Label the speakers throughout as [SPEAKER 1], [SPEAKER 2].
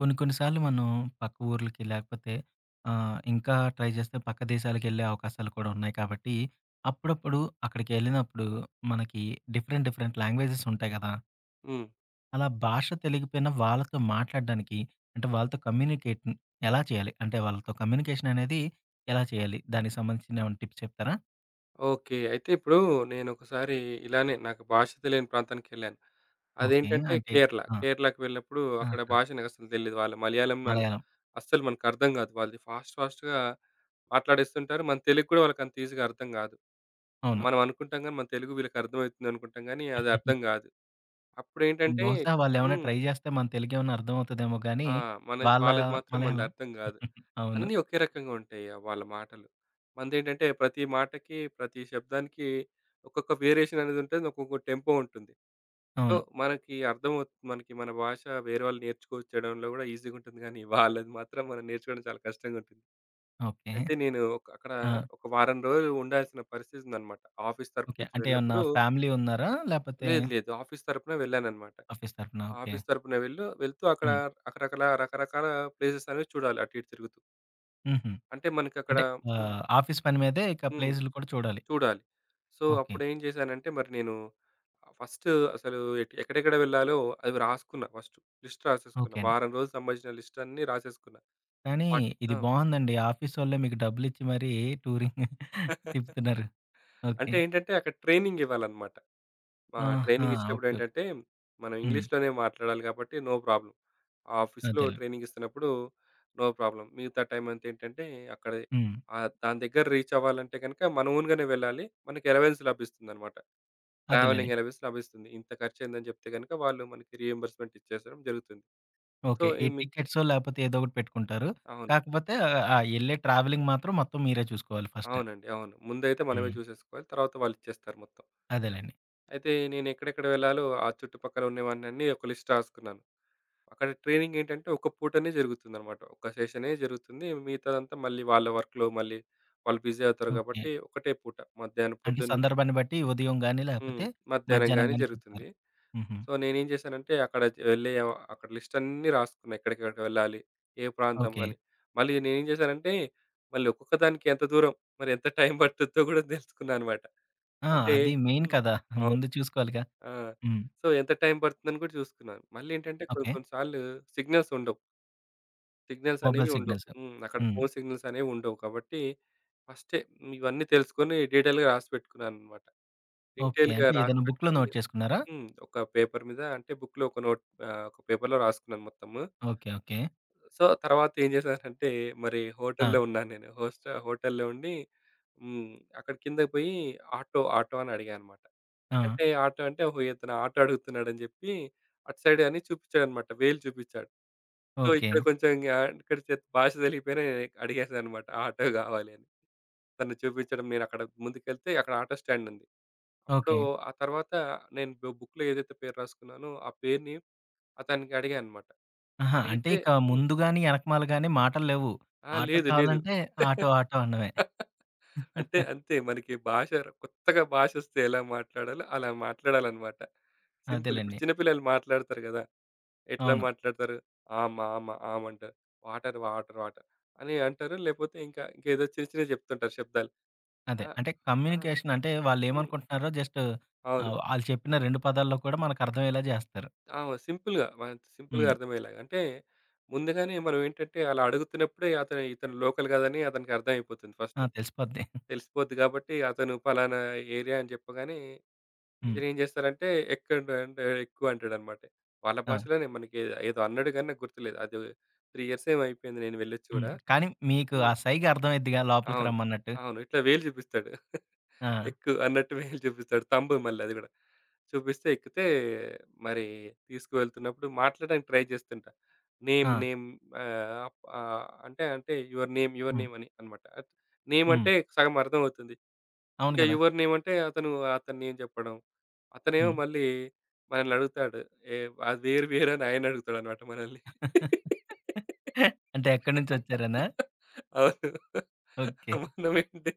[SPEAKER 1] కొన్ని కొన్ని సార్లు మనం పక్క ఊర్లకి లేకపోతే ఇంకా ట్రై చేస్తే పక్క దేశాలకెళ్ళే అవకాశాలు కూడా ఉన్నాయి కాబట్టి, అప్పుడప్పుడు అక్కడికెళ్ళినప్పుడు మనకి డిఫరెంట్, డిఫరెంట్ లాంగ్వేజెస్ ఉంటాయి గదా!
[SPEAKER 2] హ్మ్.
[SPEAKER 1] అలా భాష తెలియకపోయినా వాళ్ళతో మాట్లాడడానికి అంటే వాళ్ళతో కమ్యూనికేట్ ఎలా చేయాలి? అంటే వాళ్ళతో కమ్యూనికేషన్ అనేది ఎలా చేయాలి? దానికి సంబంధించిన ఏమైనా టిప్స్ చెప్తారా?
[SPEAKER 2] ఓకే. అయితే ఇప్పుడు నేనొకసారి ఇలానే నాకు భాష తెలియని ప్రాంతానికెళ్ళాను.
[SPEAKER 1] ఓకే.
[SPEAKER 2] అదేంటంటే
[SPEAKER 1] అంటే
[SPEAKER 2] కేరళ.
[SPEAKER 1] ఆ!
[SPEAKER 2] కేరళకి వెళ్ళినప్పుడు అక్కడ
[SPEAKER 1] ఆహా!
[SPEAKER 2] భాష నాకసలు తెలీదు. వాళ్ళ మలయాళం
[SPEAKER 1] మలయాళం.
[SPEAKER 2] అస్సలు మనకర్థం కాదు. వాళ్ళది ఫాస్ట్ ఫాస్ట్‌గా మాట్లాడేస్తుంటారు. మన తెలుగు కూడా వాళ్ళకంత ఈజీగా అర్థం కాదు.
[SPEAKER 1] అవును.
[SPEAKER 2] మనం అనుకుంటాం గానీ, మన తెలుగు వీళ్ళకర్థమవుతుందనుకుంటాం గానీ, అది అర్థం కాదు. అప్పుడేంటంటే
[SPEAKER 1] బహుశా వాళ్ళేమన్నా
[SPEAKER 2] హ్మ్.
[SPEAKER 1] ట్రై జేస్తే మన తెలుగేమన్నా అర్థమవుతదేమో గానీ,
[SPEAKER 2] ఆ! మన
[SPEAKER 1] వాళ్ళ
[SPEAKER 2] వాళ్ళది మాత్రం మనది
[SPEAKER 1] మలయాళం
[SPEAKER 2] అర్థం కాదు.
[SPEAKER 1] అవును.
[SPEAKER 2] అన్నీ ఒకే రకంగా ఉంటాయి. వాళ్ళ మాటలు. మనదేంటంటే ప్రతి మాటకి, ప్రతి శబ్దానికి ఒక్కొక్క వేరియేషన్ అనేదుంటది. ఒక్కొక్క టెంపో ఉంటుంది. సో,
[SPEAKER 1] అవును.
[SPEAKER 2] మనకి అర్థమవుతు మనకి మన భాష వేరే వాళ్ళు నేర్చుకొచ్చడంలో గూడా ఈజీగుంటుంది గానీ, వాళ్ళది మాత్రం మనం నేర్చుకోవడం చాలా కష్టంగుంటుంది.
[SPEAKER 1] ఓకే.
[SPEAKER 2] అయితే నేను అక్కడ
[SPEAKER 1] ఆ!
[SPEAKER 2] ఒక వారం రోజులు ఉండాల్సిన పరిస్థితుందనమాట. ఆఫీస్ తరపు
[SPEAKER 1] ఓకే.
[SPEAKER 2] నుంచి
[SPEAKER 1] అంటే ఏమన్నా
[SPEAKER 2] వెళ్ళినప్పుడు
[SPEAKER 1] ఫ్యామిలీ ఉన్నారా? లేపోతే
[SPEAKER 2] లేదు, లేదు. ఆఫీస్ తరపున వెళ్ళాననమాట.
[SPEAKER 1] ఆఫీస్ తరపునా? ఓకే.
[SPEAKER 2] ఆఫీస్ తరపున వెళ్తూ అక్కడ
[SPEAKER 1] హ్మ్.
[SPEAKER 2] రకరకాల రకరకాల ప్లేసెస్ అనేవి చూడాలి అటు ఇటు తిరుగుతూ.
[SPEAKER 1] హుహు.
[SPEAKER 2] అంటే మనకక్కడ
[SPEAKER 1] అంటే
[SPEAKER 2] హ్మ్.
[SPEAKER 1] ఆఫీస్ పని మీదే ఇక
[SPEAKER 2] హ్మ్.
[SPEAKER 1] ప్లేసులు కూడా చూడాలి.
[SPEAKER 2] చూడాలి. So,
[SPEAKER 1] okay.
[SPEAKER 2] అప్పుడేం చేశానంటే మరి నేను ఫస్ట్ అసలు ఎక్కడెక్కడ వెళ్ళాలో అవి రాసుకున్నా ఫస్ట్. లిస్ట్ రాసేసుకున్నా.
[SPEAKER 1] ఓకే అండి.
[SPEAKER 2] వారం రోజులు సంబంధించిన లిస్ట్ అన్నీ రాసేసుకున్నా.
[SPEAKER 1] కానీ
[SPEAKER 2] వాట్
[SPEAKER 1] ఇది
[SPEAKER 2] ఆ!
[SPEAKER 1] బావుందండి. ఆఫీసోళ్ళే మీకు డబ్బులిచ్చి మరీ టూరింగ్ తిప్పుతున్నారు. ఓకే.
[SPEAKER 2] అంటే ఏంటంటే అక్కడ ట్రైనింగ్ ఇవ్వాలన్నమాట. మా
[SPEAKER 1] ఆహా!
[SPEAKER 2] ట్రైనింగ్ ఇచ్చేటప్పుడు
[SPEAKER 1] ఓకే. ఓకే.
[SPEAKER 2] ఏంటంటే, మనం
[SPEAKER 1] హ్మ్.
[SPEAKER 2] ఇంగ్లీష్‌లోనే మాట్లాడాలి కాబట్టి నో ప్రాబ్లమ్. ఆఫీస్‌లో
[SPEAKER 1] అదేలెండి.
[SPEAKER 2] ట్రైనింగ్ ఇస్తున్నప్పుడు నో ప్రాబ్లమ్. మిగతా టైం అంతా ఏంటంటే, అక్కడ
[SPEAKER 1] హ్మ్.
[SPEAKER 2] దాని దగ్గర రీచ్ అవ్వాలంటే గనుక మన ఓన్‌గానే వెళ్ళాలి. మనకి అలవెన్స్ లభిస్తుందన్నమాట.
[SPEAKER 1] అదేలెండి.
[SPEAKER 2] ట్రావెలింగ్ అలవెన్స్ లభిస్తుంది. ఇంత ఖర్చయిందని చెప్తే గనుక వాళ్ళు మనకి రీయింబర్స్‌మెంట్ ఇచ్చేసడం జరుగుతుంది. So,
[SPEAKER 1] okay. ఈ
[SPEAKER 2] ఈ మీ
[SPEAKER 1] టికెట్సో లేపోతే ఏదో ఒకటి పెట్టుకుంటారు.
[SPEAKER 2] అవును.
[SPEAKER 1] కాకపోతే ఆ యెళ్ళే ట్రావెలింగ్ మాత్రం మొత్తం మీరే చూసుకోవాలి ఫస్ట్.
[SPEAKER 2] అవునండి. అవును. ముందైతే మనమే
[SPEAKER 1] హ్మ్.
[SPEAKER 2] చూసేసుకోవాలి. తర్వాత వాళ్ళు ఇచ్చేస్తారు మొత్తం.
[SPEAKER 1] అదేలెండి.
[SPEAKER 2] అయితే నేను ఎక్కడెక్కడ వెళ్ళాలో ఆ చుట్టుపక్కల ఉన్నవన్నీ ఒక లిస్ట్ రాసుకున్నాను. అక్కడ ట్రైనింగ్ ఏంటంటే ఒక పూటనే జరుగుతుందనమాట. ఒక సెషనే జరుగుతుంది. మిగతాదంతా వాళ్ళ వర్క్‌లో మళ్ళీ వాళ్ళు బిజీ అవుతారు
[SPEAKER 1] ఓకే.
[SPEAKER 2] కాబట్టి ఒకటే పూట మధ్యాహ్నం
[SPEAKER 1] అంటే
[SPEAKER 2] పొద్దున్నుంచి
[SPEAKER 1] సందర్భాన్ని బట్టి ఉదయం గాని,
[SPEAKER 2] హ్మ్.
[SPEAKER 1] లేపోతే
[SPEAKER 2] మధ్యాహ్నం
[SPEAKER 1] మధ్యాహ్నం
[SPEAKER 2] గాని
[SPEAKER 1] గాని
[SPEAKER 2] జరుగుతుంది.
[SPEAKER 1] చెప్తారు. హుహు.
[SPEAKER 2] సో, నేనేం చేశానంటే అక్కడ వెళ్ళే అక్కడ లిస్ట్ అన్నీ రాసుకున్నా. ఎక్కడికెక్కడికి వెళ్ళాలి? ఏ ప్రాంతం
[SPEAKER 1] ఓకే.
[SPEAKER 2] అని. మళ్ళీ నేనేం చేశానంటే మళ్ళీ ఒక్కొక్క దానికి ఎంత దూరం? మరి ఎంత టైం పట్టుద్దో కూడా తెలుసుకున్నా అనమాట.
[SPEAKER 1] ఆ!
[SPEAKER 2] అంటే
[SPEAKER 1] అది మెయిన్
[SPEAKER 2] హ్మ్.
[SPEAKER 1] కదా!
[SPEAKER 2] అవును.
[SPEAKER 1] ముందు చూసుకోవాలిగా.
[SPEAKER 2] ఆ!
[SPEAKER 1] హ్మ్.
[SPEAKER 2] సో, ఎంత టైం పడుతుందని కూడా చూసుకున్నాను. మళ్ళీ ఏంటంటే కొన్ని
[SPEAKER 1] ఓకే.
[SPEAKER 2] కొన్ని సార్లు సిగ్నల్స్ ఉండవు. సిగ్నల్స్ అనేవి
[SPEAKER 1] మొబైల్
[SPEAKER 2] ఉండవు.
[SPEAKER 1] సిగ్నల్స్.
[SPEAKER 2] హ్మ్. అక్కడ
[SPEAKER 1] హ్మ్.
[SPEAKER 2] ఫోను సిగ్నల్స్ అనేవి ఉండవు. కాబట్టి ఫస్టే ఇవన్నీ తెలుసుకొని డీటెయిల్‌గా రాసి పెట్టుకున్నానన్నమాట.
[SPEAKER 1] ఓకే.
[SPEAKER 2] డీటెయిల్‌గా
[SPEAKER 1] అంటే
[SPEAKER 2] రాసి
[SPEAKER 1] ఏదైనా బుక్‌లో
[SPEAKER 2] పెట్టుకొని
[SPEAKER 1] నోట్ చేసుకున్నారా?
[SPEAKER 2] హ్మ్. ఒక పేపర్ మీద అంటే బుక్‌లో ఒక నోట్ ఆహ్, ఒక పేపర్‌లో రాసుకున్నాను మొత్తము.
[SPEAKER 1] ఓకే. ఓకే.
[SPEAKER 2] సో, తర్వాత ఏం చేశానంటే మరి
[SPEAKER 1] ఆ!
[SPEAKER 2] హోటల్‌లో ఉన్నాను నేను. హోస్ట్ హోటల్‌లో ఉండి హ్మ్. అక్కడ కిందకి పోయి ఆటో, ఆటో అని అడిగా అన్నమాట.
[SPEAKER 1] ఆ!
[SPEAKER 2] అంటే ఆటో అంటే ఓహో! ఇతను ఆటో అడుగుతున్నాడని చెప్పి అటు సైడ్ అని చూపించాడన్నమాట. వేలు చూపించాడు. So,
[SPEAKER 1] okay.
[SPEAKER 2] ఇక్కడ కొంచెం ఇంగా ఇక్కడ భాష తెలియకపోయినా నేను అడిగేసాననమాట. ఆటో కావాలి అని. తను చూపించడం నేనక్కడ ముందుకెళ్తే అక్కడ ఆటో స్టాండ్ ఉంది. అప్పుడు
[SPEAKER 1] ఓకే.
[SPEAKER 2] ఆ తర్వాత నేను బుక్‌లో ఏదైతే పేరు రాసుకున్నానో ఆ పేరుని అతనికి అడిగాననమాట.
[SPEAKER 1] ఆహా! అంటే
[SPEAKER 2] అడిగితే
[SPEAKER 1] ఇక
[SPEAKER 2] హ్మ్.
[SPEAKER 1] ముందు గాని, ఎనకమాల గాని మాటలు లేవు.
[SPEAKER 2] ఆ!
[SPEAKER 1] ఆటో
[SPEAKER 2] లేదు. లేదు.
[SPEAKER 1] కావాలంటే ఆటో, ఆటో అనడమే.
[SPEAKER 2] అంటే అంతే మనకి భాష కొత్తగా భాషొస్తే ఎలా మాట్లాడాలో అలా మాట్లాడాలనమాట. సింపుల్. ఇప్పుడు
[SPEAKER 1] అదేలెండి.
[SPEAKER 2] చిన్న పిల్లలు మాట్లాడతారు కదా! ఎట్లా
[SPEAKER 1] అవును.
[SPEAKER 2] మాట్లాడతారు? ఆమ, ఆమ, ఆమంటారు. వాటర్, వాటర్, వాటర్ అని అంటారు. లేపోతే ఇంకేదో చిన్న చిన్నవి చెప్తుంటారు శబ్దాలు.
[SPEAKER 1] అదే.
[SPEAKER 2] ఆ!
[SPEAKER 1] అంటే
[SPEAKER 2] ఆ!
[SPEAKER 1] కమ్యూనికేషన్ అంటే
[SPEAKER 2] హ్మ్.
[SPEAKER 1] వాళ్ళేమనుకుంటున్నారో జస్ట్
[SPEAKER 2] అవును.
[SPEAKER 1] ఆళ్ళు చెప్పిన 2 పదాల్లో కూడా మనకర్థమయ్యేలా జేస్తారు.
[SPEAKER 2] ఆ! సింపుల్‌గా సింపుల్‌గా
[SPEAKER 1] హ్మ్.
[SPEAKER 2] అర్థమయ్యేలాగా. అంటే ముందుగానే మనం ఏంటంటే అలా అడుగుతున్నప్పుడే ఇతను లోకల్ కాదని అతనికి అర్థమైపోతుంది
[SPEAKER 1] ఆ!
[SPEAKER 2] ఫస్ట్.
[SPEAKER 1] తెలిసిపోద్ది.
[SPEAKER 2] తెలిసిపోద్ది కాబట్టి అతను పలానా ఏరియా అని చెప్పగానే
[SPEAKER 1] హ్మ్.
[SPEAKER 2] ఇతనేం చేస్తారంటే ఎక్కడ అంటే ఎక్కువ అంటాడన్నమాట. వాళ్ళ
[SPEAKER 1] ఆ!
[SPEAKER 2] భాషలోనే మనకి ఏదో అన్నాడు గాని నాకు గుర్తులేదు. అది 3 ఇయర్స్ ఏమో అయిపోయింది నేను వెళ్ళొచ్చి
[SPEAKER 1] హ్మ్.
[SPEAKER 2] గూడా.
[SPEAKER 1] కానీ మీకు
[SPEAKER 2] హ్మ్.
[SPEAKER 1] ఆ సైగ అర్థమైద్దిగా లోపలికి
[SPEAKER 2] అవును.
[SPEAKER 1] రమ్మన్నట్టు.
[SPEAKER 2] అవును. ఇట్లా వేలు చూపిస్తాడు.
[SPEAKER 1] ఆ!
[SPEAKER 2] ఎక్కు అన్నట్టు వేలు చూపిస్తాడు. తంబు మళ్ళీ అది గూడా. చూపిస్తే ఎక్కితే మరి తీసుకువెళ్తున్నప్పుడు మాట్లాడడానికి ట్రై చేస్తుంటా. నేమ్
[SPEAKER 1] ఆ!
[SPEAKER 2] నేమ్ ఆహ్, అప్ ఆహ్, అంటే అంటే యువర్ నేమ్ యువర్
[SPEAKER 1] హ్మ్.
[SPEAKER 2] నేమ్ అని అన్నమాట. నేమ్
[SPEAKER 1] హ్మ్.
[SPEAKER 2] అంటే సగం అర్థమవుతుంది.
[SPEAKER 1] అవును
[SPEAKER 2] ఇంకా
[SPEAKER 1] గదా!
[SPEAKER 2] యువర్ నేమ్ అంటే అతను అతని నేమ్ చెప్పడం. అతనేమో
[SPEAKER 1] హ్మ్.
[SPEAKER 2] మళ్ళీ మనల్ని అడుగుతాడు. ఏ అది వేరు వేరు అని ఆయన అడుగుతాడన్నమాట మనల్ని.
[SPEAKER 1] అంటే ఎక్కడి నుంచొచ్చారనా?
[SPEAKER 2] అవును.
[SPEAKER 1] ఓకే.
[SPEAKER 2] మనమేంటి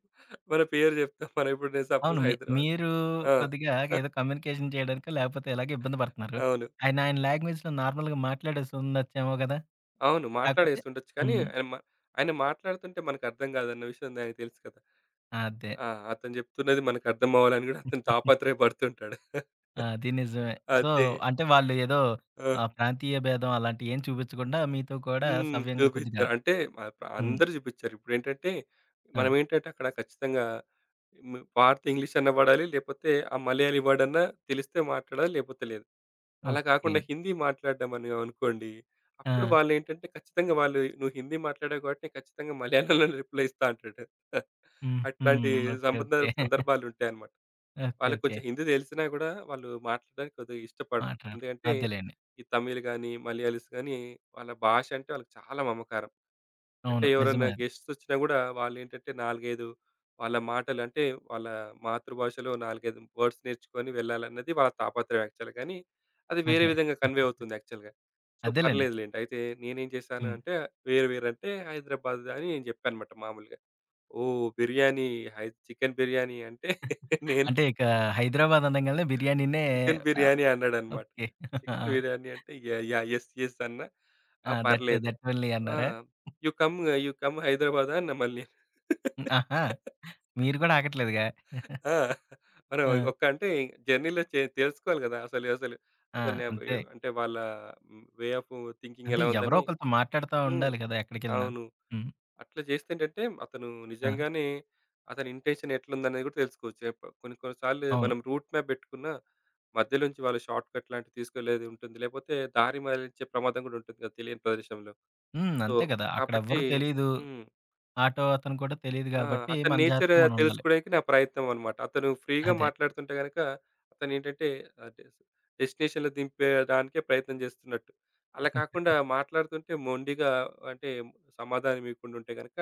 [SPEAKER 2] మన పేరు జెప్తాం. మనం ఇప్పుడు నేను సపోజ్
[SPEAKER 1] అవును. మీ
[SPEAKER 2] హైదరాబాద్
[SPEAKER 1] మీరు
[SPEAKER 2] ఆ!
[SPEAKER 1] కొద్దిగా ఏదో కమ్యూనికేషన్ చేయడానికో, లేకపోతే ఎలాగో ఇబ్బంది పడుతున్నారు.
[SPEAKER 2] అవును.
[SPEAKER 1] ఆయన ఆయన లాంగ్వేజ్‌లో నార్మల్‌గా మాట్లాడేసుండొచ్చేమో గదా!
[SPEAKER 2] అవును.
[SPEAKER 1] కాకపోతే
[SPEAKER 2] మాట్లాడేస్తుండొచ్చు. కానీ
[SPEAKER 1] హ్మ్.
[SPEAKER 2] ఆయన మాట్లాడుతుంటే మనకర్థం గాదన్న విషయం ఆయనకి తెలుసు కదా!
[SPEAKER 1] అదే.
[SPEAKER 2] ఆ! అతను జెప్తున్నది మనకర్థం అవ్వాలని గూడా అతను తాపత్రయ పడుతుంటాడు.
[SPEAKER 1] అది నిజమే. సో,
[SPEAKER 2] అదే.
[SPEAKER 1] అంటే వాళ్ళు ఏదో
[SPEAKER 2] ఆ!
[SPEAKER 1] ప్రాంతీయ భేదం అలాంటివి ఏం చూపించకుండా మీతో కూడా
[SPEAKER 2] హ్మ్.
[SPEAKER 1] సవ్యంగా కొద్దిగా
[SPEAKER 2] చూపిచ్చారు. అంటే మా
[SPEAKER 1] హ్మ్.
[SPEAKER 2] అందరూ జూపిచ్చారు. ఇప్పుడేంటంటే
[SPEAKER 1] ఆ!
[SPEAKER 2] మనమేంటంటే అక్కడ ఖచ్చితంగా హ్మ్. పార్ట్ ఇంగ్లీష్ అన్నా బడాలి. లేపోతే ఆ మలయాళీ వర్డ్ అన్నా తెలిస్తే మాట్లాడాలి లేపోతే లేదు. అలా
[SPEAKER 1] ఓకే.
[SPEAKER 2] కాకుండా హిందీ మాట్లాడ్డామని అనుకోండి,
[SPEAKER 1] ఆ!
[SPEAKER 2] అప్పుడు వాళ్ళేంటంటే ఖచ్చితంగా వాళ్ళు "నువ్వు హిందీ మాట్లాడావు కాబట్టి నేను ఖచ్చితంగా మలయాళంలోనే రిప్లై ఇస్తా" అంటాడు.
[SPEAKER 1] హుహు.
[SPEAKER 2] అట్లాంటి
[SPEAKER 1] ఓకే.
[SPEAKER 2] సంబంధ
[SPEAKER 1] ఓకే.
[SPEAKER 2] సందర్భాలుంటాయన్నమాట.
[SPEAKER 1] ఓకే.
[SPEAKER 2] వాళ్ళకి
[SPEAKER 1] ఓకే.
[SPEAKER 2] కొంచెం హిందీ తెలిసినా గూడా వాళ్ళు మాట్లాడడానికి కొద్దిగా ఇష్టపడరు.
[SPEAKER 1] మాట్లాడరు.
[SPEAKER 2] ఎందుకంటే,
[SPEAKER 1] అదేలెండి.
[SPEAKER 2] ఈ తమిళ్ గాని, మలయాళీస్ గాని వాళ్ళ భాష అంటే వాళ్ళకి చాలా మమకారం. అంటే
[SPEAKER 1] అవును. నిజమే
[SPEAKER 2] ఎవరైనా
[SPEAKER 1] అది.
[SPEAKER 2] గెస్ట్స్ వచ్చినా గూడా వాళ్ళేంటంటే 4, 5 వాళ్ళ మాటలు అంటే వాళ్ళ మాతృభాషలో 4, 5 వర్డ్స్ నేర్చుకొని వెళ్ళాలన్నది వాళ్ళ తాపత్రయం యాక్చువల్‌గా. కానీ అది వేరే
[SPEAKER 1] అదే.
[SPEAKER 2] విధంగా కన్వే అవుతుంది యాక్చువల్‌గా. సో,
[SPEAKER 1] అదేలెండి.
[SPEAKER 2] పర్లేదులెండి. అయితే నేనేం చేశాను
[SPEAKER 1] హ్మ్.
[SPEAKER 2] అంటే వేరు వేరంటే హైదరాబాద్ అని నేను చెప్పానన్నమాట మామూలుగా. ఓహ్! బిర్యానీ హై చికెన్ బిర్యానీ అంటే నేను
[SPEAKER 1] అంటే ఇక హైదరాబాద్ అనంగాల్నే బిర్యానీనే
[SPEAKER 2] చికెన్
[SPEAKER 1] ఆహ్,
[SPEAKER 2] బిర్యానీ అన్నాడన్నమాట.
[SPEAKER 1] ఓకే. ఆ!
[SPEAKER 2] చికెన్ బిర్యానీ అంటే యాహ్! యాహ్! యెస్. యెస్ అన్నా. ఆ!
[SPEAKER 1] ఆ! దట్
[SPEAKER 2] పర్లేదు.
[SPEAKER 1] దట్ ఓన్లీ
[SPEAKER 2] ఆ!
[SPEAKER 1] అన్నారా?
[SPEAKER 2] యూ కమ్ యూ కమ్ హైదరాబాదా అన్నా మళ్ళీ. నేను.
[SPEAKER 1] హ్మ్. ఆహా! మీరు కూడా ఆగట్లేదుగా.
[SPEAKER 2] ఆ! మనం
[SPEAKER 1] ఆ!
[SPEAKER 2] ఒక్క అంటే జర్నీలో తెలుసుకోవాలి కదా! అసలు అసలు
[SPEAKER 1] ఆ!
[SPEAKER 2] అతని
[SPEAKER 1] అంతే.
[SPEAKER 2] అంటే వాళ్ళ వే ఆఫ్ థింకింగ్
[SPEAKER 1] అంటే
[SPEAKER 2] ఎలా
[SPEAKER 1] ఎవరో
[SPEAKER 2] ఉందని
[SPEAKER 1] ఒకళ్ళతో మాట్లాడుతా
[SPEAKER 2] హ్మ్.
[SPEAKER 1] ఉండాలి కదా! ఎక్కడికెళ్ళినా.
[SPEAKER 2] అవును.
[SPEAKER 1] హ్మ్.
[SPEAKER 2] అట్లా చేస్తే ఏంటంటే అతను
[SPEAKER 1] ఆ!
[SPEAKER 2] నిజంగానే అతని ఇంటెన్షన్ ఎట్లుందనేది కూడా తెలుసుకోవచ్చు. కొన్ని కొన్ని సార్లు
[SPEAKER 1] అవును.
[SPEAKER 2] మనం రూట్ మ్యాప్ పెట్టుకున్న మధ్యలోంచి వాళ్ళు షార్ట్ కట్ లాంటివి తీసుకెళ్ళేది ఉంటుంది. లేకపోతే దారి మళ్ళించే ప్రమాదం కూడా ఉంటుంది కదా! తెలియని ప్రదేశంలో.
[SPEAKER 1] హ్మ్.
[SPEAKER 2] సో,
[SPEAKER 1] అంతే గదా!
[SPEAKER 2] కాబట్టి
[SPEAKER 1] అక్కడెవ్వరు తెలీదు.
[SPEAKER 2] హ్మ్.
[SPEAKER 1] ఆటో అతను కూడా తెలీదు
[SPEAKER 2] ఆ!
[SPEAKER 1] గాబట్టి,
[SPEAKER 2] అతని
[SPEAKER 1] మన
[SPEAKER 2] నేచర్
[SPEAKER 1] జాగ్రత్తలో మనముండాలి.
[SPEAKER 2] తెలుసుకోవడానికి నా ప్రయత్నం అన్నమాట. అతను ఫ్రీగా
[SPEAKER 1] అదే.
[SPEAKER 2] మాట్లాడుతుంటే గనక అతనేంటంటే ఆహ్, డెస్ డెస్టినేషన్‌లో దింపేయడానికే ప్రయత్నం చేస్తున్నట్టు. అలా కాకుండా మాట్లాడుతుంటే మొండిగా అంటే సమాధానం ఇవ్వకుండా ఉంటే గనక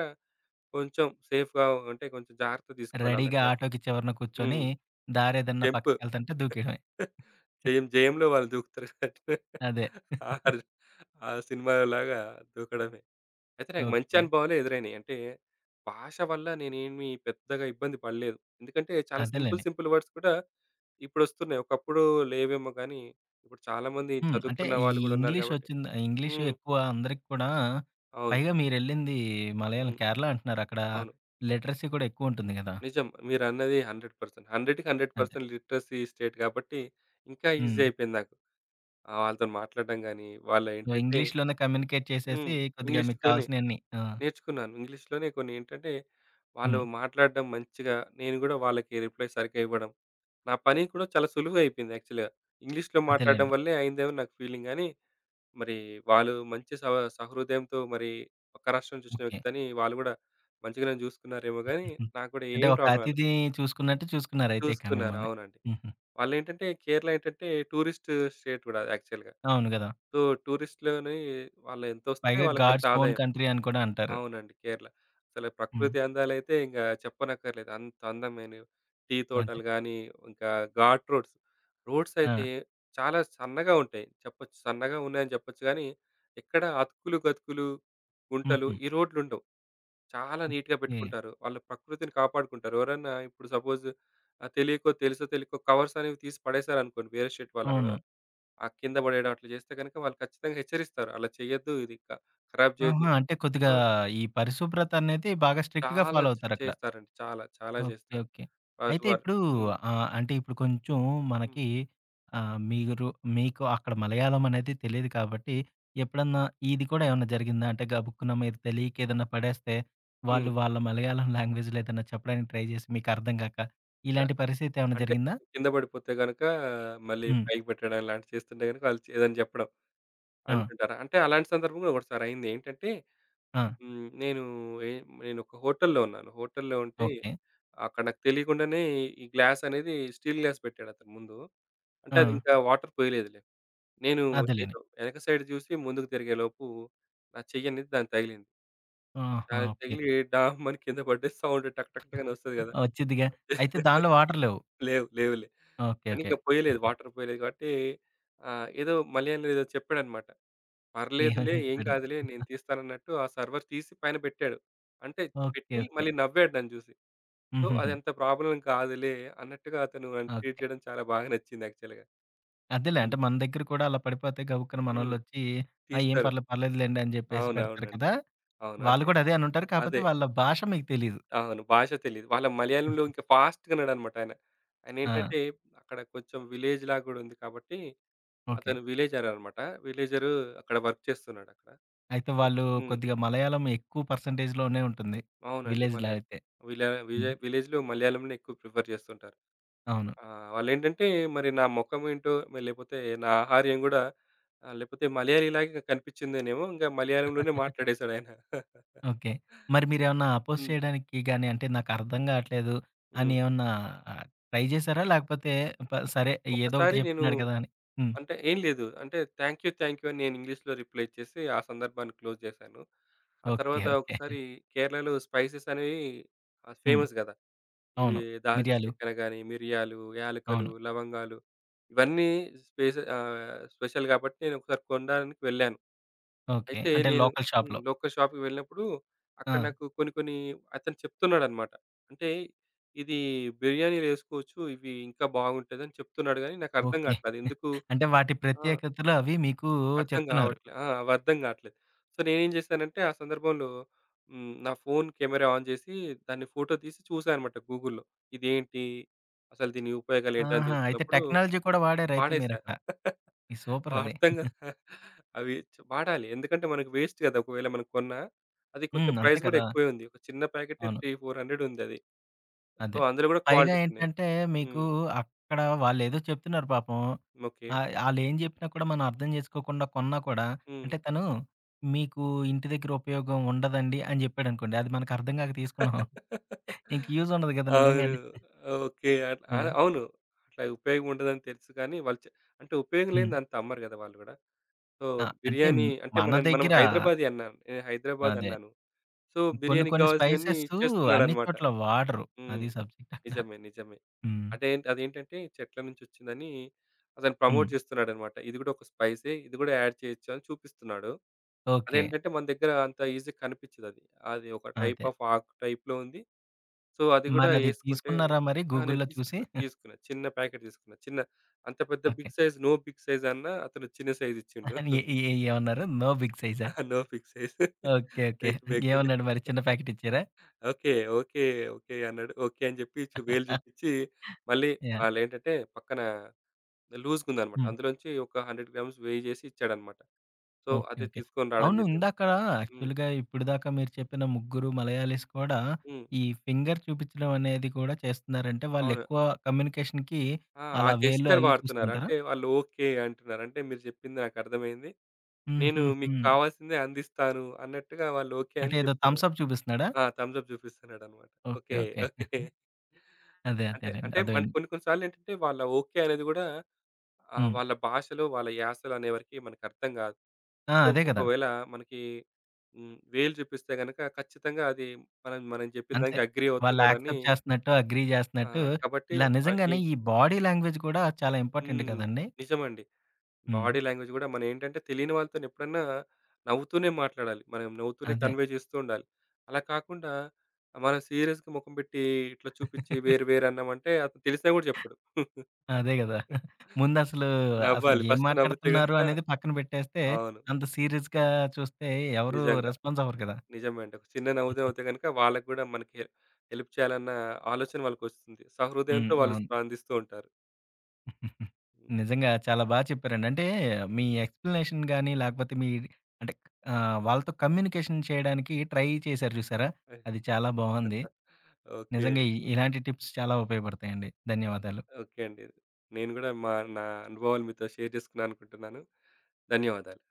[SPEAKER 2] కొంచెం సేఫ్‌గా అంటే కొంచెం జాగ్రత్త తీసుకోవాలి అలాంటి
[SPEAKER 1] రెడీగా
[SPEAKER 2] టైంలో.
[SPEAKER 1] ఆటోకి చివరన కూర్చొని,
[SPEAKER 2] హ్మ్.
[SPEAKER 1] దారేదన్నా
[SPEAKER 2] జంప్
[SPEAKER 1] పక్కకెళ్తంటే దూకేయడమే.
[SPEAKER 2] జయం జయంలో వాళ్ళు దూకుతారు కాబట్టి
[SPEAKER 1] అదే.
[SPEAKER 2] ఆర్ ఆ సినిమాలాగా దూకడమే. అయితే నాకు మంచి
[SPEAKER 1] ఓకే.
[SPEAKER 2] అనుభవాలే ఎదురైనాయి. అంటే భాష వల్ల నేనేమి పెద్దగా ఇబ్బంది పడలేదు. ఎందుకంటే చాలా సింపుల్
[SPEAKER 1] అదేలెండి.
[SPEAKER 2] సింపుల్ వర్డ్స్ కూడా ఇప్పుడొస్తున్నాయి. ఒకప్పుడు లేవేమో గానీ ఇప్పుడు చాలామంది
[SPEAKER 1] హ్మ్. అంటే
[SPEAKER 2] చదువుకున్న
[SPEAKER 1] ఈ
[SPEAKER 2] వాళ్ళు గూడా ఉన్నారు కాబట్టి
[SPEAKER 1] ఇంగ్లీషు
[SPEAKER 2] హ్మ్.
[SPEAKER 1] ఎక్కువ అందరికి కూడా
[SPEAKER 2] అవును.
[SPEAKER 1] పైగా మీరెళ్ళింది మలయాళం
[SPEAKER 2] హ్మ్.
[SPEAKER 1] కేరళ అంటున్నారు. అక్కడ
[SPEAKER 2] అవును.
[SPEAKER 1] లిటరసీ కూడా ఎక్కువుంటుంది గదా!
[SPEAKER 2] నిజం. మీరన్నది 100%. 100కి
[SPEAKER 1] అదే.
[SPEAKER 2] 100% లిటరసీ స్టేట్ కాబట్టి, ఇంకా ఈజీ
[SPEAKER 1] హ్మ్.
[SPEAKER 2] అయిపోయింది నాకు. వాళ్ళతోని మాట్లాడడం గానీ,
[SPEAKER 1] సో,
[SPEAKER 2] వాళ్ళేంటంటే
[SPEAKER 1] ఇంగ్లీష్‌లోనే కమ్యూనికేట్
[SPEAKER 2] హ్మ్.
[SPEAKER 1] చేసేసి కొద్దిగా మీకు
[SPEAKER 2] ఇంగ్లీష్‌లోనే
[SPEAKER 1] కావాల్సినయన్నీ. ఆ!
[SPEAKER 2] నేర్చుకున్నాను. ఇంగ్లీష్‌లోనే కొన్ని ఏంటంటే, వాళ్ళు
[SPEAKER 1] హ్మ్.
[SPEAKER 2] మాట్లాడడం మంచిగా, నేను గూడా వాళ్ళకి రిప్లై సరిగ్గా ఇవ్వడం. నా పని కూడా చాలా సులువుగా అయిపోయింది యాక్చువల్‌గా. ఇంగ్లీష్‌లో మాట్లాడడం
[SPEAKER 1] అదేలెండి.
[SPEAKER 2] వల్లే అయిందేమో నాకు ఫీలింగ్ గానీ, మరి వాళ్ళు మంచి సహృదయంతో మరి పక్క రాష్ట్రం నుంచి వచ్చిన
[SPEAKER 1] ఓకే.
[SPEAKER 2] వ్యక్తి అని వాళ్ళు గూడా మంచిగానే చూసుకున్నారేమో గానీ,
[SPEAKER 1] హ్మ్.
[SPEAKER 2] నాకు గూడా
[SPEAKER 1] అంటే
[SPEAKER 2] ఏం
[SPEAKER 1] ఒక
[SPEAKER 2] ప్రాబ్లమ్ గాలే.
[SPEAKER 1] అతిథి చూసుకున్నట్టు చూసుకున్నారయితే ఇక
[SPEAKER 2] చూసుకున్నారు.
[SPEAKER 1] మిమ్మల్ని.
[SPEAKER 2] అవునండి.
[SPEAKER 1] హుహు.
[SPEAKER 2] వాళ్ళేంటంటే కేరళ ఏంటంటే టూరిస్ట్ స్టేట్ గూడా యాక్చువల్‌గా.
[SPEAKER 1] అవును గదా!
[SPEAKER 2] సో, టూరిస్ట్‌లోని వాళ్ళెంతొస్తే
[SPEAKER 1] పైగా
[SPEAKER 2] వాళ్ళకంత
[SPEAKER 1] గాడ్స్ ఓన్
[SPEAKER 2] ఆదాయం.
[SPEAKER 1] కంట్రీ అని కూడా అంటారు.
[SPEAKER 2] అవునండి. కేరళ. అసలు
[SPEAKER 1] హ్మ్.
[SPEAKER 2] ప్రకృతి అందాలైతే ఇంక చెప్పనక్కర్లేదు. అంత అందమైనవి. టీ
[SPEAKER 1] అదే.
[SPEAKER 2] తోటలు గానీ, ఇంకా ఘాట్ రోడ్స్. రోడ్స్
[SPEAKER 1] ఆ!
[SPEAKER 2] అయితే చాలా సన్నగా ఉంటాయి. చెప్పొచ్చు. సన్నగా ఉన్నాయని చెప్పొచ్చు గానీ, ఎక్కడ అతుకులు, గతుకులు, గుంటలు
[SPEAKER 1] హుహు.
[SPEAKER 2] ఈ రోడ్లుండవు. చాలా నీట్‌గా
[SPEAKER 1] ఓకే.
[SPEAKER 2] పెట్టుకుంటారు. వాళ్ళు ప్రకృతిని కాపాడుకుంటారు. ఎవరన్నా ఇప్పుడు సపోజ్ ఆహ్, తెలియకో తెలుసో తెలియకో కవర్స్ అనేవి తీసి పడేశారనుకోండి వేరే షర్ట్ వాళ్ళు అక్కడ
[SPEAKER 1] అవును.
[SPEAKER 2] ఆ కింద పడేయడం అట్లా చేస్తే గనుక వాళ్ళు ఖచ్చితంగా హెచ్చరిస్తారు. అలా చేయొద్దు ఇది ఖరాబ్ చేయొద్దు.
[SPEAKER 1] ఆహా! అంటే కొద్దిగా
[SPEAKER 2] ఆ!
[SPEAKER 1] ఈ పరిశుభ్రత అనేది బాగా స్ట్రిక్ట్‌గా
[SPEAKER 2] చాలా
[SPEAKER 1] ఫాలో అవుతారక్కడ.
[SPEAKER 2] చేస్తారండి. చాలా చాలా
[SPEAKER 1] ఓకే.
[SPEAKER 2] చేస్తారు.
[SPEAKER 1] ఓకే.
[SPEAKER 2] రోజు
[SPEAKER 1] అయితే
[SPEAKER 2] వారు.
[SPEAKER 1] ఇప్పుడు
[SPEAKER 2] హ్మ్.
[SPEAKER 1] అంటే ఇప్పుడు కొంచెం
[SPEAKER 2] హ్మ్.
[SPEAKER 1] మనకి మీరు మీకు అక్కడ మలయాళం అనేది తెలీదు కాబట్టి, ఎప్పుడన్నా ఇది కూడా ఏమన్నా జరిగిందా? అంటే గబుక్కున మీరు తెలియక ఏదన్నా పడేస్తే,
[SPEAKER 2] హ్మ్.
[SPEAKER 1] వాళ్ళు వాళ్ళ మలయాళం లాంగ్వేజ్‌లో ఏదన్నా చెప్పడానికి ట్రై చేసి మీకు అర్థం కాక,
[SPEAKER 2] ఆహ్,
[SPEAKER 1] ఇలాంటి పరిస్థితి ఏమన్నా
[SPEAKER 2] అంటే
[SPEAKER 1] జరిగిందా?
[SPEAKER 2] కింద పడిపోతే గనుక మళ్ళీ
[SPEAKER 1] హ్మ్.
[SPEAKER 2] పైకి పెట్టడం ఇలాంటివి చేస్తుంటే గనుక వాళ్ళు ఏదని చెప్పడం
[SPEAKER 1] ఆ!
[SPEAKER 2] అంటుంటారు. అంటే అలాంటి సందర్భం కూడా ఒకసారి అయింది. ఏంటంటే
[SPEAKER 1] ఆ!
[SPEAKER 2] హ్మ్. నేను ఏ నేనొక హోటల్‌లో ఉన్నాను. హోటల్‌లో ఉంటే
[SPEAKER 1] ఓకే.
[SPEAKER 2] అక్కడ నాకు తెలియకుండానే ఈ గ్లాస్ అనేది స్టీల్ గ్లాస్ పెట్టాడతను ముందు. అంటే
[SPEAKER 1] ఆ!
[SPEAKER 2] అది ఇంకా వాటర్ పోయలేదులే. నేను
[SPEAKER 1] అదేలెండి.
[SPEAKER 2] ఏదో వెనక సైడ్ చూసి ముందుకు తిరిగేలోపు నా చెయ్యి అనేది దానికి తగిలింది.
[SPEAKER 1] ఆహా!
[SPEAKER 2] దానికి
[SPEAKER 1] ఓకే.
[SPEAKER 2] తగిలి డామని కింద పడ్డ సౌండ్ టక్ టక్ టక్ అని వస్తది కదా!
[SPEAKER 1] వచ్చిద్దిగా. అయితే దానిలో వాటర్ లేవు.
[SPEAKER 2] లేవు లేవులే.
[SPEAKER 1] ఓకే.
[SPEAKER 2] కానీ
[SPEAKER 1] ఓకే.
[SPEAKER 2] ఇంకా పోయలేదు. వాటర్ పోయలేదు కాబట్టి ఏదో మలయాళంలో ఏదో చెప్పాడన్నమాట.
[SPEAKER 1] ఏమని
[SPEAKER 2] పర్లేదులే. ఏం
[SPEAKER 1] చెప్పాడు?
[SPEAKER 2] కాదులే. నేను తీస్తానన్నట్టు ఆ సర్వర్ తీసి పైన పెట్టాడు. అంటే
[SPEAKER 1] ఓకే.
[SPEAKER 2] పెట్టి
[SPEAKER 1] ఓకే.
[SPEAKER 2] మళ్ళీ నవ్వాడు నన్ను చూసి. సో,
[SPEAKER 1] హుహుహు.
[SPEAKER 2] అదంత ప్రాబ్లమ్ కాదులే అన్నట్టుగా అతను నన్ను ట్రీట్
[SPEAKER 1] ఓకే.
[SPEAKER 2] చేయడం చాలా బాగా నచ్చింది యాక్చువల్‌గా.
[SPEAKER 1] అదేలే.
[SPEAKER 2] హ్మ్.
[SPEAKER 1] అంటే మన దగ్గర కూడా అలా పడిపోతే గబుక్కన
[SPEAKER 2] హ్మ్.
[SPEAKER 1] మనోళ్ళొచ్చి, ఆ! ఏం
[SPEAKER 2] తీస్తారు.
[SPEAKER 1] పర్లేదు పర్లేదులెండి అని జెప్పేసి పెడతారు
[SPEAKER 2] అవునవునండి.
[SPEAKER 1] కదా!
[SPEAKER 2] అవును.
[SPEAKER 1] వాళ్ళు
[SPEAKER 2] అంటే
[SPEAKER 1] కూడా అదే అనుంటారు. కాపోతే
[SPEAKER 2] అదే.
[SPEAKER 1] వాళ్ళ భాష మీకు తెలీదు.
[SPEAKER 2] అవును. భాష తెలీదు. వాళ్ళ మలయాళంలో ఇంకా ఫాస్ట్‌గా ఉన్నాడన్నమాట ఆయన.
[SPEAKER 1] ఆ!
[SPEAKER 2] ఆయనేంటంటే అక్కడ కొంచెం విలేజ్ లాగా గూడా ఉంది కాబట్టి
[SPEAKER 1] ఓకే.
[SPEAKER 2] అతను విలేజర్ అనమాట. విలేజరు అక్కడ వర్క్ చేస్తున్నాడక్కడ.
[SPEAKER 1] అయితే
[SPEAKER 2] సో
[SPEAKER 1] వాళ్ళు
[SPEAKER 2] హ్మ్.
[SPEAKER 1] కొద్దిగా మలయాళం ఎక్కువ పర్సెంటేజ్‌లోనే ఉంటుంది.
[SPEAKER 2] అవునండి.
[SPEAKER 1] విలేజ్‌లో
[SPEAKER 2] మలయాళం.
[SPEAKER 1] అయితే.
[SPEAKER 2] విలా విలే
[SPEAKER 1] హ్మ్.
[SPEAKER 2] విలేజ్‌లో మలయాళంని ఎక్కువ ప్రిఫర్ చేస్తుంటారు.
[SPEAKER 1] అవును.
[SPEAKER 2] వాళ్ళేంటంటే మరి నా మొఖం ఏంటో మరి లేపోతే నా ఆహార్యం గూడా లేపోతే మలయాళీలాగా కనిపించిందనేమో ఇంగా మలయాళంలోనే మాట్లాడేసాడాయన.
[SPEAKER 1] ఓకే. మరి మీరేమన్నా అపోజ్
[SPEAKER 2] హ్మ్.
[SPEAKER 1] చేయడానికి గాని, అంటే నాకర్థం గాట్లేదు అని
[SPEAKER 2] హ్మ్.
[SPEAKER 1] ఏమన్నా ఆహ్, ట్రై జేశారా? లేకపోతే సరే ఏదో ఒకటి
[SPEAKER 2] ఒక్కసారి నేను
[SPEAKER 1] జెప్తున్నాడు గదా! అని హ్మ్.
[SPEAKER 2] అంటే ఏం లేదు. అంటే థాంక్ యూ, థాంక్ యూ అని నేను ఇంగ్లీష్‌లో రిప్లై ఇచ్చేసి ఆ సందర్భాన్ని క్లోజ్ చేశాను. ఆ
[SPEAKER 1] ఓకే.
[SPEAKER 2] తర్వాత
[SPEAKER 1] ఓకే.
[SPEAKER 2] ఒకసారి కేరళలో స్పైసెస్ అనేవి
[SPEAKER 1] హ్మ్.
[SPEAKER 2] ఫేమస్ గదా! ఇవి
[SPEAKER 1] అవును.
[SPEAKER 2] దాల్చిన
[SPEAKER 1] మిరియాలు.
[SPEAKER 2] చెక్కన గాని, మిరియాలు, యాలకులు,
[SPEAKER 1] అవును.
[SPEAKER 2] లవంగాలు ఇవన్నీ స్పెషల్ కాబట్టి నేనొకసారి కొనడానికి వెళ్ళాను.
[SPEAKER 1] ఓకే.
[SPEAKER 2] అయితే
[SPEAKER 1] అంటే
[SPEAKER 2] నేను
[SPEAKER 1] లోకల్
[SPEAKER 2] హ్మ్.
[SPEAKER 1] షాప్‌లో.
[SPEAKER 2] లోకల్ షాప్‌కి వెళ్ళినప్పుడు అక్కడ
[SPEAKER 1] ఆ!
[SPEAKER 2] నాకు కొన్ని కొన్ని అతను చెప్తున్నాడన్నమాట. అంటే ఇది బిర్యానీలో ఏసుకోవచ్చు. ఇవి ఇంకా బాగుంటదని చెప్తున్నాడు గానీ నాకర్థం
[SPEAKER 1] ఓకే.
[SPEAKER 2] గాట్లేదు. ఎందుకు
[SPEAKER 1] అంటే వాటి
[SPEAKER 2] ఆ!
[SPEAKER 1] ప్రత్యేకతలు అవి మీకు
[SPEAKER 2] అర్థం
[SPEAKER 1] చెప్తున్నారు.
[SPEAKER 2] కావట్లే. ఆ! అవర్థం కావట్లేదు. సో, నేనేం చేశానంటే, ఆ సందర్భంలో హ్మ్. నా ఫోను కెమెరా ఆన్ చేసి, దాన్ని ఫోటో తీసి చూసా అనమాట గూగుల్‌లో. ఇదేంటి? అసలు దీని ఉపయోగాలేంటి అని
[SPEAKER 1] ఆహా! అయితే
[SPEAKER 2] తెలుసుకున్నప్పుడు
[SPEAKER 1] టెక్నాలజీ కూడా వాడారైతే
[SPEAKER 2] వాడేసా.
[SPEAKER 1] మీరక్కడ. ఇది సూపరది.
[SPEAKER 2] వాడతాం కదా! అవి వాడాలి. ఎందుకంటే, మనకు వేస్ట్ కదా! ఒకవేళ మనం కొన్నా, అది కొంచెం
[SPEAKER 1] హ్మ్. అంతే
[SPEAKER 2] ప్రైస్ కూడా
[SPEAKER 1] కదా!
[SPEAKER 2] ఎక్కువే ఉంది. ఒక చిన్న ప్యాకెటే
[SPEAKER 1] అవును.
[SPEAKER 2] 3, 400 ఉందది. సో,
[SPEAKER 1] అదే.
[SPEAKER 2] అందులో కూడా
[SPEAKER 1] పైగా
[SPEAKER 2] క్వాలిటీస్ ఉన్నాయి.
[SPEAKER 1] ఏంటంటే మీకు
[SPEAKER 2] హ్మ్.
[SPEAKER 1] అక్కడ వాళ్ళేదో చెప్తున్నారు పాపం.
[SPEAKER 2] ఓకే.
[SPEAKER 1] ఆళ్ళేం చెప్పినా కూడా మనం అర్థం చేసుకోకుండా కొన్నా కూడా
[SPEAKER 2] హ్మ్.
[SPEAKER 1] అంటే తను మీకు ఇంటి దగ్గర ఉపయోగం ఉండదండి అని చెప్పాడనుకోండి. అది మనకర్థం కాక తీసుకున్నాం. ఇంక యూజ్ ఉండదు కదా!
[SPEAKER 2] అవును.
[SPEAKER 1] నిజంగానే.
[SPEAKER 2] ఓకే. అట్లా ఆ!
[SPEAKER 1] అదే.
[SPEAKER 2] అవును. అట్లా ఉపయోగం ఉండదని తెలుసు కానీ, వాళ్ళు అంటే ఉపయోగం
[SPEAKER 1] హ్మ్.
[SPEAKER 2] లేనిది అంత అమ్మరు గదా! వాళ్ళు గూడా. సో,
[SPEAKER 1] ఆ! అంటే
[SPEAKER 2] బిర్యానీ అంటే
[SPEAKER 1] మన
[SPEAKER 2] మనం మనం
[SPEAKER 1] దగ్గర
[SPEAKER 2] హైదరాబాదీ అన్నాను. నేను హైదరాబాద్
[SPEAKER 1] అదే.
[SPEAKER 2] అన్నాను. సో,
[SPEAKER 1] కొన్ని
[SPEAKER 2] బిర్యానీకి
[SPEAKER 1] కొన్ని
[SPEAKER 2] గావాల్సినయన్నీ
[SPEAKER 1] స్పైసెస్ అన్ని
[SPEAKER 2] ఇచ్చేస్తున్నాడన్నమాట.
[SPEAKER 1] చోట్ల వాడరు.
[SPEAKER 2] హ్మ్.
[SPEAKER 1] అది సబ్జెక్ట్ అక్కడ.
[SPEAKER 2] నిజమే. నిజమే.
[SPEAKER 1] హ్మ్.
[SPEAKER 2] అదేంటంటే చెట్ల నుంచొచ్చిందని అతను
[SPEAKER 1] హ్మ్.
[SPEAKER 2] ప్రమోట్ జేస్తున్నాడన్నమాట. ఇది గూడా ఒక స్పైసే. ఇది గూడా యాడ్ చేయొచ్చు అని చూపిస్తున్నాడు.
[SPEAKER 1] ఓకే.
[SPEAKER 2] అదేంటంటే మన దగ్గర అంత ఈజీగా కనిపిచ్చదది. అది అది ఒక టైప్
[SPEAKER 1] అదే.
[SPEAKER 2] ఆఫ్ ఆకు టైప్‌లో ఉంది. సో, అది గూడా
[SPEAKER 1] మరది
[SPEAKER 2] యేసుకుంటే
[SPEAKER 1] తీసుకున్నారా మరి
[SPEAKER 2] ఆ! నేను
[SPEAKER 1] గూగుల్‌లో చూసి?
[SPEAKER 2] తీసుకున్నా. తీసుకున్నా. చిన్న ప్యాకెట్ తీసుకున్నా. చిన్న అంత పెద్ద
[SPEAKER 1] okay.
[SPEAKER 2] Big size no big size అన్నా అతను చిన్న సైజ్ ఇచ్చిండు.
[SPEAKER 1] ఏ ఏ ఏ- ఏమన్నారు? నో బిగ్ సైజా?
[SPEAKER 2] No big size.
[SPEAKER 1] Okay. Okay.
[SPEAKER 2] Big big
[SPEAKER 1] ఏమన్నాడు
[SPEAKER 2] బిగ్
[SPEAKER 1] మరి చిన్న ప్యాకెట్ ఇచ్చారా?
[SPEAKER 2] ఓకే. ఓకే. ఓకే. అన్నాడు. ఓకే అని జెప్పి వేలు చూపిచ్చి మళ్ళీ
[SPEAKER 1] యాహ్!
[SPEAKER 2] ఆళ్ళేంటంటే పక్కన లూజ్‌గుందనమాట.
[SPEAKER 1] హ్మ్.
[SPEAKER 2] అందులోంచి ఒక 100 గ్రామ్స్ వేయి జేసి ఇచ్చాడనమాట. So,
[SPEAKER 1] okay.
[SPEAKER 2] అది
[SPEAKER 1] ఓకే.
[SPEAKER 2] తీసుకొని రావడం
[SPEAKER 1] అవును.
[SPEAKER 2] జరిగింది.
[SPEAKER 1] ఇందాక
[SPEAKER 2] హ్మ్.
[SPEAKER 1] యాక్చువల్‌గా ఇప్పటిదాకా మీరు చెప్పిన ముగ్గురు మలయాళీస్ కూడా
[SPEAKER 2] హ్మ్.
[SPEAKER 1] ఈ ఫింగర్ చూపించడం అనేది కూడా చేస్తున్నారంటే
[SPEAKER 2] అవును.
[SPEAKER 1] వాళ్ళెక్కువ కమ్యూనికేషన్‌కి
[SPEAKER 2] ఆ! ఆ
[SPEAKER 1] అలా వేళ్ళు
[SPEAKER 2] గెస్చర్
[SPEAKER 1] అవి
[SPEAKER 2] వాడుతున్నారు.
[SPEAKER 1] చూస్తుంటారా?
[SPEAKER 2] అంటే వాళ్ళు ఓకే అంటున్నారు. అంటే మీరు జెప్పింది నాకర్థమైంది. నేను
[SPEAKER 1] హుహుహు.
[SPEAKER 2] మీకు కావాల్సిందే అందిస్తాను అన్నట్టుగా వాళ్ళు ఓకే
[SPEAKER 1] అంటే
[SPEAKER 2] అని
[SPEAKER 1] ఏదో థమ్స్
[SPEAKER 2] చెప్తున్నారు.
[SPEAKER 1] అప్ చూపిస్తున్నాడా?
[SPEAKER 2] ఆ! థమ్స్ అప్ చూపిస్తున్నాడన్నమాట.
[SPEAKER 1] ఓకే.
[SPEAKER 2] ఓకే.
[SPEAKER 1] ఓకే.
[SPEAKER 2] ఓకే.
[SPEAKER 1] అదే
[SPEAKER 2] అంటే
[SPEAKER 1] అదేలెండి.
[SPEAKER 2] అంటే మన
[SPEAKER 1] అర్థమైంది.
[SPEAKER 2] కొన్ని కొన్ని సార్లు ఏంటంటే వాళ్ళ ఓకే అనేది గూడా
[SPEAKER 1] హ్మ్.
[SPEAKER 2] వాళ్ళ భాషలో, వాళ్ళ యాసలో అనేవరకి మనకర్థం గాదు.
[SPEAKER 1] ఆ!
[SPEAKER 2] సో,
[SPEAKER 1] అదే కదా!
[SPEAKER 2] ఒకవేళ మనకి హ్మ్. వేలు చూపిస్తే గనక ఖచ్చితంగా అది మనం మనం చెప్పిన
[SPEAKER 1] అంతే.
[SPEAKER 2] దానికి అగ్రీ
[SPEAKER 1] వాళ్ళు
[SPEAKER 2] అవుతున్నాడని
[SPEAKER 1] యాక్సెప్ట్ చేస్తున్నట్టు, అగ్రీ
[SPEAKER 2] ఆ!
[SPEAKER 1] చేస్తున్నట్టు
[SPEAKER 2] కాబట్టి
[SPEAKER 1] ఇలా
[SPEAKER 2] ఈ
[SPEAKER 1] నిజంగానే ఈ బాడీ లాంగ్వేజ్ కూడా చాలా ఇంపార్టెంట్
[SPEAKER 2] హ్మ్.
[SPEAKER 1] కదండీ!
[SPEAKER 2] నిజమండి.
[SPEAKER 1] హ్మ్.
[SPEAKER 2] బాడీ లాంగ్వేజ్ గూడా మనమేంటంటే తెలియని వాళ్ళతోని ఎప్పుడన్నా నవ్వుతూనే మాట్లాడాలి. మనం నవ్వుతూనే
[SPEAKER 1] అదే.
[SPEAKER 2] కన్వే చేస్తూ ఉండాలి. అలా కాకుండా మనం సీరియస్‌గా మొఖం పెట్టి ఇట్లా చూపిచ్చి వేరు వేరు అన్నామంటే అతను తెలిసినా గూడా చెప్పడు.
[SPEAKER 1] అదే కదా! ముందసలు, అసలు అసలు
[SPEAKER 2] నవ్వాలి.
[SPEAKER 1] ఏం
[SPEAKER 2] ఫస్ట్ నవ్వితే
[SPEAKER 1] మాట్లాడుతున్నారు
[SPEAKER 2] గనక
[SPEAKER 1] అనేది పక్కన పెట్టేస్తే,
[SPEAKER 2] అవును.
[SPEAKER 1] అంత సీరియస్‌గా చూస్తే ఎవరు
[SPEAKER 2] నిజంగా.
[SPEAKER 1] రెస్పాన్స్ అవ్వరు కదా!
[SPEAKER 2] నిజమే అండి. ఒక చిన్న నవ్వు నవ్వితే గనక వాళ్ళకి గూడా మనకి హెల్ప్ చేయాలన్న ఆలోచన వాళ్ళకొస్తుంది.
[SPEAKER 1] హ్మ్.
[SPEAKER 2] సహృదయంతో వాళ్ళు
[SPEAKER 1] అవును.
[SPEAKER 2] స్పందిస్తూ ఉంటారు. హ్మ్.
[SPEAKER 1] నిజంగా చాలా బాగా చెప్పారండి. అంటే మీ ఎక్స్‌ప్లనేషన్ గాని, లేకపోతే మీ అంటే వాళ్ళతో కమ్యూనికేషన్ చేయడానికి ట్రై చేశారు చూసారా? అది చాలా బావుంది.
[SPEAKER 2] ఓకే
[SPEAKER 1] నిజంగా
[SPEAKER 2] అండి.
[SPEAKER 1] ఇలాంటి టిప్స్ చాలా ఉపయోగపడతాయండి. ధన్యవాదాలు.
[SPEAKER 2] ఓకే అండి. నేను గూడా నా అనుభవాలు మీతో షేర్ చేసుకున్నాననుకుంటున్నాను. ధన్యవాదాలు.